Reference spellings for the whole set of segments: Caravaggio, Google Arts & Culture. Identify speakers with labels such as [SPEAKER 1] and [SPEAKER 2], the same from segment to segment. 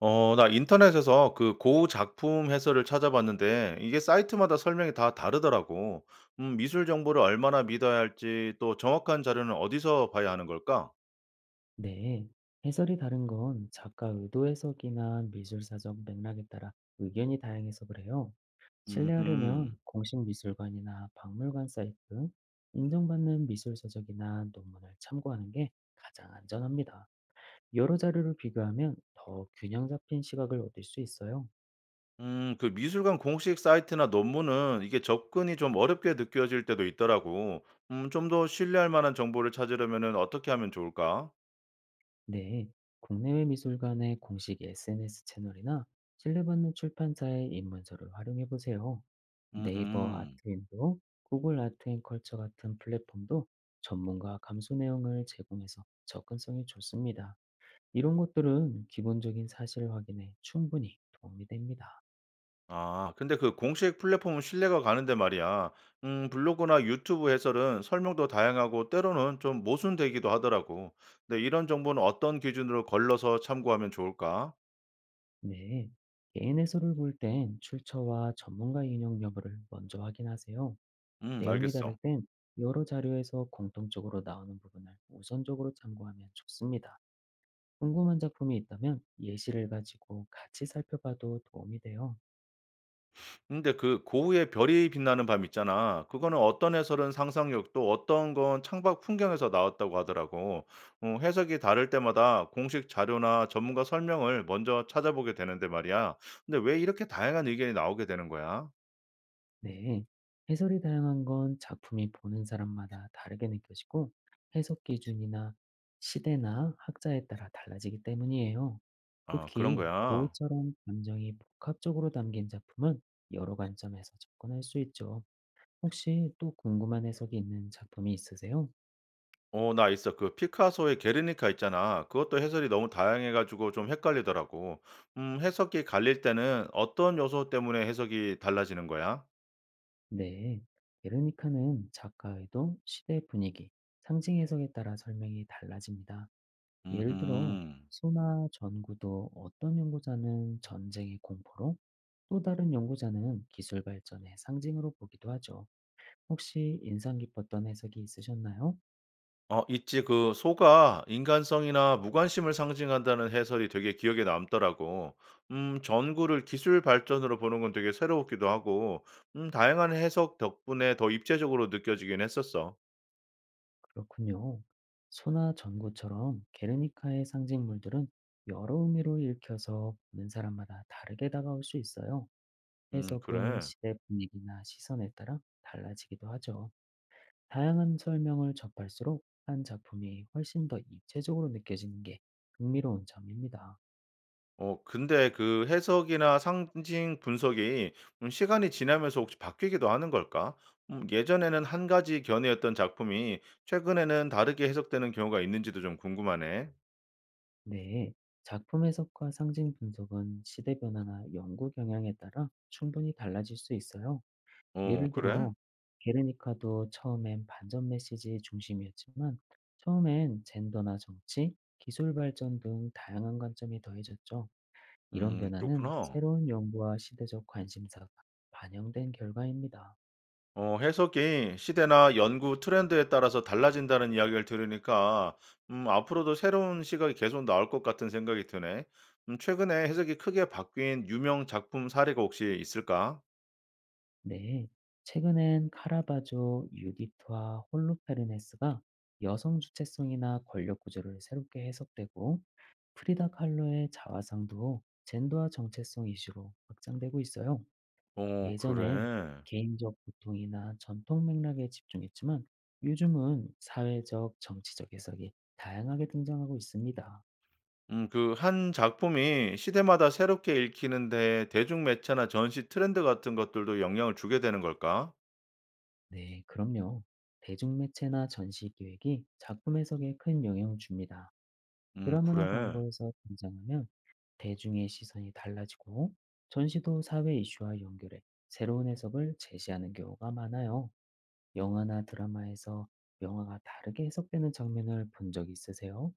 [SPEAKER 1] 나 인터넷에서 그 고우 작품 해설을 찾아봤는데 이게 사이트마다 설명이 다 다르더라고. 미술 정보를 얼마나 믿어야 할지 또 정확한 자료는 어디서 봐야 하는 걸까?
[SPEAKER 2] 네, 해설이 다른 건 작가 의도 해석이나 미술사적 맥락에 따라 의견이 다양해서 그래요.
[SPEAKER 1] 음,
[SPEAKER 2] 신뢰하려면 공식 미술관이나 박물관 사이트, 인정받는 미술서적이나 논문을 참고하는 게 가장 안전합니다. 여러 자료를 비교하면 더 균형 잡힌 시각을 얻을 수 있어요.
[SPEAKER 1] 그 미술관 공식 사이트나 논문은 이게 접근이 좀 어렵게 느껴질 때도 있더라고. 좀 더 신뢰할 만한 정보를 찾으려면은 어떻게 하면 좋을까?
[SPEAKER 2] 네, 국내외 미술관의 공식 SNS 채널이나 신뢰받는 출판사의 입문서를 활용해 보세요. 네이버
[SPEAKER 1] 음.
[SPEAKER 2] 아트앤도 구글 아트앤컬처 같은 플랫폼도 전문가 감수 내용을 제공해서 접근성이 좋습니다. 이런 것들은 기본적인 사실 확인에 충분히 도움이 됩니다.
[SPEAKER 1] 아, 근데 그 공식 플랫폼은 신뢰가 가는데 말이야. 블로그나 유튜브 해설은 설명도 다양하고 때로는 좀 모순되기도 하더라고. 근데 이런 정보는 어떤 기준으로 걸러서 참고하면 좋을까?
[SPEAKER 2] 네. 개인 해설을 볼 땐 출처와 전문가 인용 여부를 먼저 확인하세요. 내용이 다를
[SPEAKER 1] 알겠어.
[SPEAKER 2] 땐 여러 자료에서 공통적으로 나오는 부분을 우선적으로 참고하면 좋습니다. 궁금한 작품이 있다면 예시를 가지고 같이 살펴봐도 도움이 돼요.
[SPEAKER 1] 근데 그 고흐의 별이 빛나는 밤 있잖아. 그거는 어떤 해설은 상상력 또 어떤 건 창밖 풍경에서 나왔다고 하더라고. 해석이 다를 때마다 공식 자료나 전문가 설명을 먼저 찾아보게 되는데 말이야. 근데 왜 이렇게 다양한 의견이 나오게 되는 거야?
[SPEAKER 2] 네, 해설이 다양한 건 작품이 보는 사람마다 다르게 느껴지고 해석 기준이나 시대나 학자에 따라 달라지기 때문이에요.
[SPEAKER 1] 아, 그런
[SPEAKER 2] 특히
[SPEAKER 1] 거야.
[SPEAKER 2] 고흐처럼 감정이 복합적으로 담긴 작품은 여러 관점에서 접근할 수 있죠. 혹시 또 궁금한 해석이 있는 작품이 있으세요?
[SPEAKER 1] 나 있어. 그 피카소의 게르니카 있잖아. 그것도 해설이 너무 다양해 가지고 좀 헷갈리더라고. 해석이 갈릴 때는 어떤 요소 때문에 해석이 달라지는 거야?
[SPEAKER 2] 네, 게르니카는 작가 의도, 시대 분위기, 상징 해석에 따라 설명이 달라집니다. 예를 들어,
[SPEAKER 1] 음.
[SPEAKER 2] 소나 전구도 어떤 연구자는 전쟁의 공포로, 또 다른 연구자는 기술 발전의 상징으로 보기도 하죠. 혹시 인상 깊었던 해석이 있으셨나요?
[SPEAKER 1] 있지. 그 소가 인간성이나 무관심을 상징한다는 해설이 되게 기억에 남더라고. 전구를 기술 발전으로 보는 건 되게 새로웠기도 하고 다양한 해석 덕분에 더 입체적으로 느껴지긴 했었어.
[SPEAKER 2] 그렇군요. 소나 전구처럼 게르니카의 상징물들은 여러 의미로 읽혀서 보는 사람마다 다르게 다가올 수 있어요. 해석은
[SPEAKER 1] 그래.
[SPEAKER 2] 시대 분위기나 시선에 따라 달라지기도 하죠. 다양한 설명을 접할수록 한 작품이 훨씬 더 입체적으로 느껴지는 게 흥미로운 점입니다.
[SPEAKER 1] 근데 그 해석이나 상징 분석이 시간이 지나면서 혹시 바뀌기도 하는 걸까? 예전에는 한 가지 견해였던 작품이 최근에는 다르게 해석되는 경우가 있는지도 좀 궁금하네.
[SPEAKER 2] 네, 작품 해석과 상징 분석은 시대 변화나 연구 경향에 따라 충분히 달라질 수 있어요.
[SPEAKER 1] 어
[SPEAKER 2] 예를
[SPEAKER 1] 그래?
[SPEAKER 2] 들어, 게르니카도 처음엔 반전 메시지 중심이었지만, 처음엔 젠더나 정치, 기술 발전 등 다양한 관점이 더해졌죠. 이런 변화는
[SPEAKER 1] 그렇구나.
[SPEAKER 2] 새로운 연구와 시대적 관심사가 반영된 결과입니다.
[SPEAKER 1] 해석이 시대나 연구 트렌드에 따라서 달라진다는 이야기를 들으니까 앞으로도 새로운 시각이 계속 나올 것 같은 생각이 드네. 최근에 해석이 크게 바뀐 유명 작품 사례가 혹시 있을까?
[SPEAKER 2] 네, 최근엔 카라바조, 유디트와 홀로페르네스가 여성 주체성이나 권력 구조를 새롭게 해석되고 프리다 칼로의 자화상도 젠더와 정체성 이슈로 확장되고 있어요.
[SPEAKER 1] 어
[SPEAKER 2] 예전엔
[SPEAKER 1] 그래.
[SPEAKER 2] 개인적 고통이나 전통 맥락에 집중했지만 요즘은 사회적, 정치적 해석이 다양하게 등장하고 있습니다.
[SPEAKER 1] 그 한 작품이 시대마다 새롭게 읽히는데 대중 매체나 전시 트렌드 같은 것들도 영향을 주게 되는 걸까?
[SPEAKER 2] 네, 그럼요. 대중매체나 전시 기획이 작품 해석에 큰 영향을 줍니다. 드라마나
[SPEAKER 1] 그래.
[SPEAKER 2] 광고에서 등장하면 대중의 시선이 달라지고 전시도 사회 이슈와 연결해 새로운 해석을 제시하는 경우가 많아요. 영화나 드라마에서 명화가 다르게 해석되는 장면을 본 적 있으세요?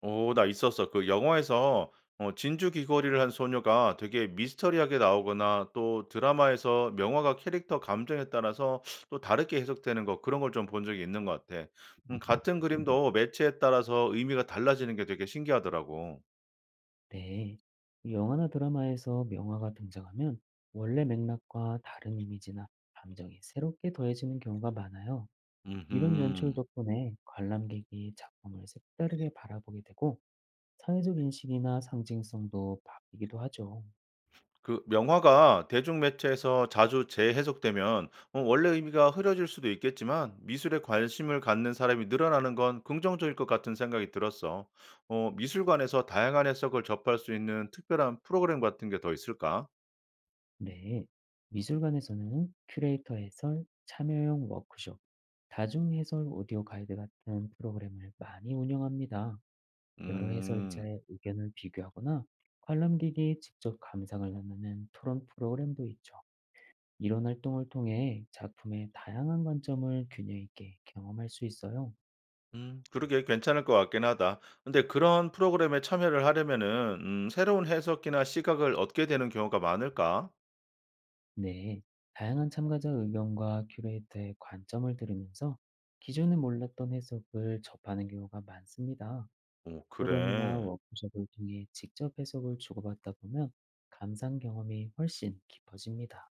[SPEAKER 1] 오, 나 있었어. 그 영화에서 진주 귀걸이를 한 소녀가 되게 미스터리하게 나오거나 또 드라마에서 명화가 캐릭터 감정에 따라서 또 다르게 해석되는 거 그런 걸 좀 본 적이 있는 것 같아. 같은 그림도 매체에 따라서 의미가 달라지는 게 되게 신기하더라고.
[SPEAKER 2] 네. 영화나 드라마에서 명화가 등장하면 원래 맥락과 다른 이미지나 감정이 새롭게 더해지는 경우가 많아요. 이런 연출
[SPEAKER 1] 음흠.
[SPEAKER 2] 덕분에 관람객이 작품을 색다르게 바라보게 되고 사회적 인식이나 상징성도 바뀌기도 하죠.
[SPEAKER 1] 그 명화가 대중매체에서 자주 재해석되면 원래 의미가 흐려질 수도 있겠지만 미술에 관심을 갖는 사람이 늘어나는 건 긍정적일 것 같은 생각이 들었어. 미술관에서 다양한 해석을 접할 수 있는 특별한 프로그램 같은 게 더 있을까?
[SPEAKER 2] 네, 미술관에서는 큐레이터 해설, 참여형 워크숍, 다중 해설 오디오 가이드 같은 프로그램을 많이 운영합니다. 여러
[SPEAKER 1] 음,
[SPEAKER 2] 해설자의 의견을 비교하거나 관람객이 직접 감상을 나누는 토론 프로그램도 있죠. 이런 활동을 통해 작품의 다양한 관점을 균형 있게 경험할 수 있어요.
[SPEAKER 1] 그러게 괜찮을 것 같긴 하다. 근데 그런 프로그램에 참여를 하려면은 새로운 해석이나 시각을 얻게 되는 경우가 많을까?
[SPEAKER 2] 네, 다양한 참가자 의견과 큐레이터의 관점을 들으면서 기존에 몰랐던 해석을 접하는 경우가 많습니다.
[SPEAKER 1] 오,
[SPEAKER 2] 토론이나
[SPEAKER 1] 그래.
[SPEAKER 2] 워크숍을 통해 직접 해석을 주고받다 보면 감상 경험이 훨씬 깊어집니다.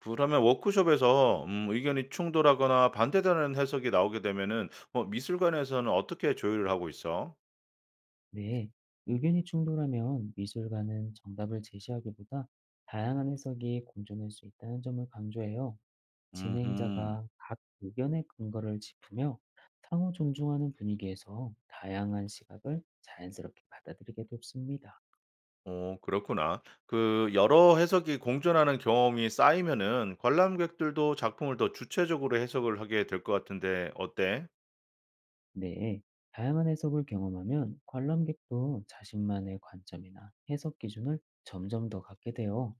[SPEAKER 1] 그러면 워크숍에서 의견이 충돌하거나 반대되는 해석이 나오게 되면은 미술관에서는 어떻게 조율을 하고 있어?
[SPEAKER 2] 네, 의견이 충돌하면 미술가는 정답을 제시하기보다 다양한 해석이 공존할 수 있다는 점을 강조해요.
[SPEAKER 1] 음
[SPEAKER 2] 진행자가 각 의견의 근거를 짚으며 상호 존중하는 분위기에서 다양한 시각을 자연스럽게 받아들이게 돕습니다.
[SPEAKER 1] 어 그렇구나. 그 여러 해석이 공존하는 경험이 쌓이면은 관람객들도 작품을 더 주체적으로 해석을 하게 될 것 같은데 어때?
[SPEAKER 2] 네, 다양한 해석을 경험하면 관람객도 자신만의 관점이나 해석 기준을 점점 더 갖게 돼요.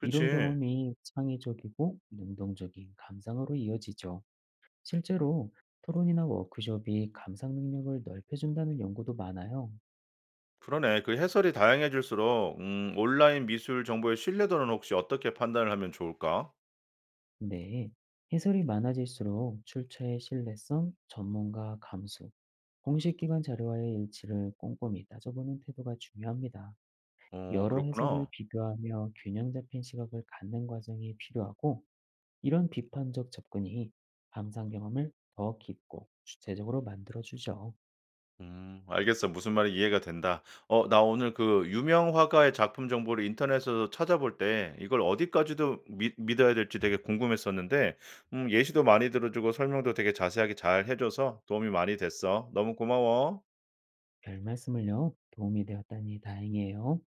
[SPEAKER 2] 이런 경험이 창의적이고 능동적인 감상으로 이어지죠. 실제로 토론이나 워크숍이 감상 능력을 넓혀준다는 연구도 많아요.
[SPEAKER 1] 그러네. 그 해설이 다양해질수록 온라인 미술 정보의 신뢰도는 혹시 어떻게 판단을 하면 좋을까?
[SPEAKER 2] 네, 해설이 많아질수록 출처의 신뢰성, 전문가 감수, 공식 기관 자료와의 일치를 꼼꼼히 따져보는 태도가 중요합니다.
[SPEAKER 1] 어
[SPEAKER 2] 여러 해설을
[SPEAKER 1] 그렇구나.
[SPEAKER 2] 비교하며 균형 잡힌 시각을 갖는 과정이 필요하고 이런 비판적 접근이 감상 경험을 더 깊고 주체적으로 만들어주죠.
[SPEAKER 1] 알겠어. 무슨 말이 이해가 된다. 나 오늘 그 유명 화가의 작품 정보를 인터넷에서 찾아볼 때 이걸 어디까지도 믿 믿어야 될지 되게 궁금했었는데 예시도 많이 들어 주고 설명도 되게 자세하게 잘 해 줘서 도움이 많이 됐어. 너무 고마워.
[SPEAKER 2] 별 말씀을요. 도움이 되었다니 다행이에요.